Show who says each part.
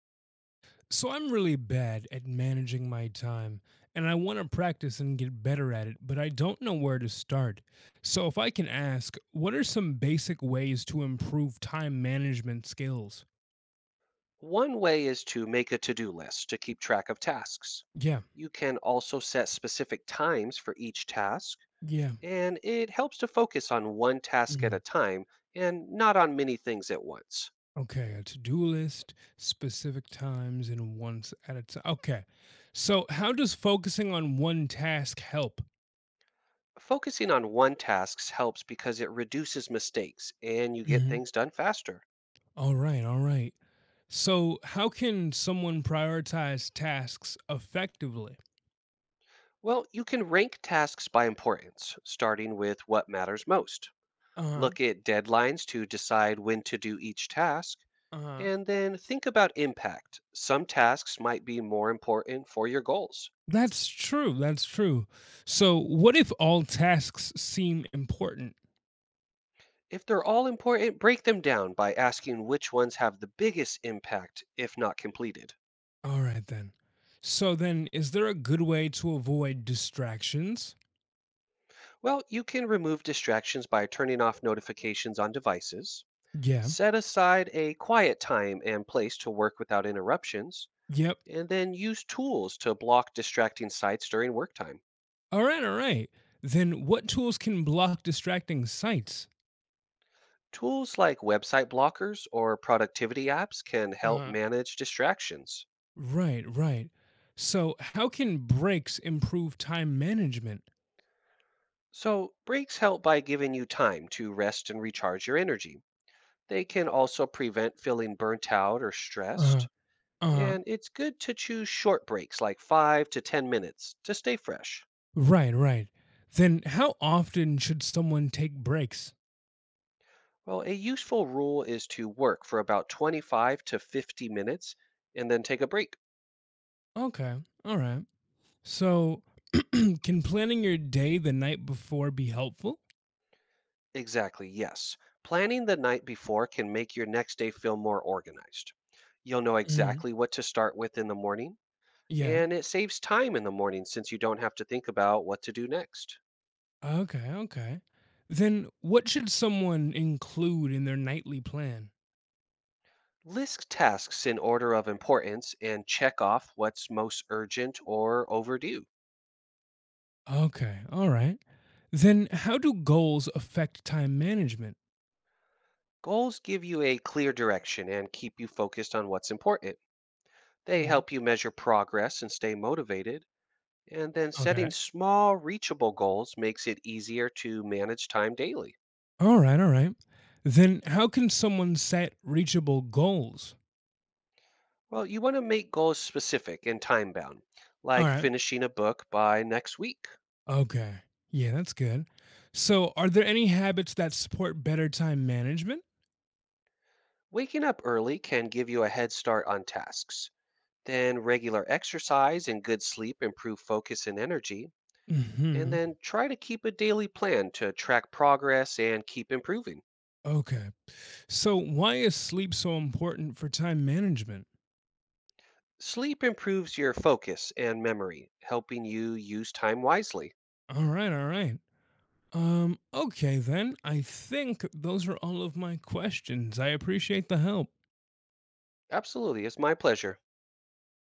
Speaker 1: So I'm really bad at managing my time, and I want to practice and get better at it, but I don't know where to start. So if I can ask, what are some basic ways to improve time management skills?
Speaker 2: One way is to make a to do list to keep track of tasks.
Speaker 1: Yeah,
Speaker 2: You can also set specific times for each task,
Speaker 1: yeah.
Speaker 2: and it helps to focus on one task at a
Speaker 1: mm,
Speaker 2: time and not on many things at once.
Speaker 1: Okay, a to-do list, specific times, and once at a time. Okay. So how does focusing on one task help?
Speaker 2: Focusing on one task helps because it reduces mistakes and you get
Speaker 1: Mhm.
Speaker 2: things done faster.
Speaker 1: All right, all right. So how can someone prioritize tasks effectively?
Speaker 2: Well, you can rank tasks by importance, starting with what matters most.
Speaker 1: Uh huh.
Speaker 2: Look at deadlines to decide when to do each task.
Speaker 1: Uh-huh.
Speaker 2: And then think about impact. Some tasks might be more important for your goals.
Speaker 1: That's true. That's true. So, what if all tasks seem important?
Speaker 2: If they're all important, break them down by asking which ones have the biggest impact if not completed.
Speaker 1: All right, then. So, then, is there a good way to avoid distractions?
Speaker 2: Well, you can remove distractions by turning off notifications on devices.
Speaker 1: Yeah.
Speaker 2: Set aside a quiet time and place to work without interruptions,
Speaker 1: Yep.
Speaker 2: and then use tools to block distracting sites during work time.
Speaker 1: All right. All right. Then, what tools can block distracting sites?
Speaker 2: Tools like website blockers or productivity apps can help
Speaker 1: Uh-huh.
Speaker 2: manage distractions.
Speaker 1: Right. Right. So, how can breaks improve time management?
Speaker 2: So, breaks help by giving you time to rest and recharge your energy. They can also prevent feeling burnt out or
Speaker 1: Uh-huh.
Speaker 2: stressed.
Speaker 1: Uh-huh.
Speaker 2: And it's good to choose short breaks, like five to 10 minutes, to stay fresh.
Speaker 1: Right. Right. Then, how often should someone take breaks?
Speaker 2: Well, a useful rule is to work for about 25 to 50 minutes and then take a break.
Speaker 1: Okay. All right. So, can planning your day the night before be helpful?
Speaker 2: Exactly, yes. Planning the night before can make your next day feel more organized. You'll know
Speaker 1: Mhm.
Speaker 2: exactly what to start with in the morning,
Speaker 1: Yeah.
Speaker 2: and it saves time in the morning since you don't have to think about what to do next.
Speaker 1: Okay, okay. Then what should someone include in their nightly plan?
Speaker 2: List tasks in order of importance and check off what's most urgent or overdue.
Speaker 1: Okay, all right. Then how do goals affect time management?
Speaker 2: Goals give you a clear direction and keep you focused on what's important. They
Speaker 1: Mhm.
Speaker 2: help you measure progress and stay motivated. And then setting
Speaker 1: Okay.
Speaker 2: small, reachable goals makes it easier to manage time daily.
Speaker 1: All right, all right. Then how can someone set reachable goals?
Speaker 2: Well, you want to make goals specific and time bound,
Speaker 1: All
Speaker 2: like
Speaker 1: right.
Speaker 2: finishing a book by next week.
Speaker 1: Okay. Yeah, that's good. So, are there any habits that support better time management?
Speaker 2: Waking up early can give you a head start on tasks. Then regular exercise and good sleep improve focus and energy. And
Speaker 1: Mhm.
Speaker 2: then try to keep a daily plan to track progress and keep improving.
Speaker 1: Okay. So, why is sleep so important for time management?
Speaker 2: Sleep improves your focus and memory, helping you use time wisely.
Speaker 1: All right, all right. Okay, then. I think those are all of my questions. I appreciate the help.
Speaker 2: Absolutely, it's my pleasure.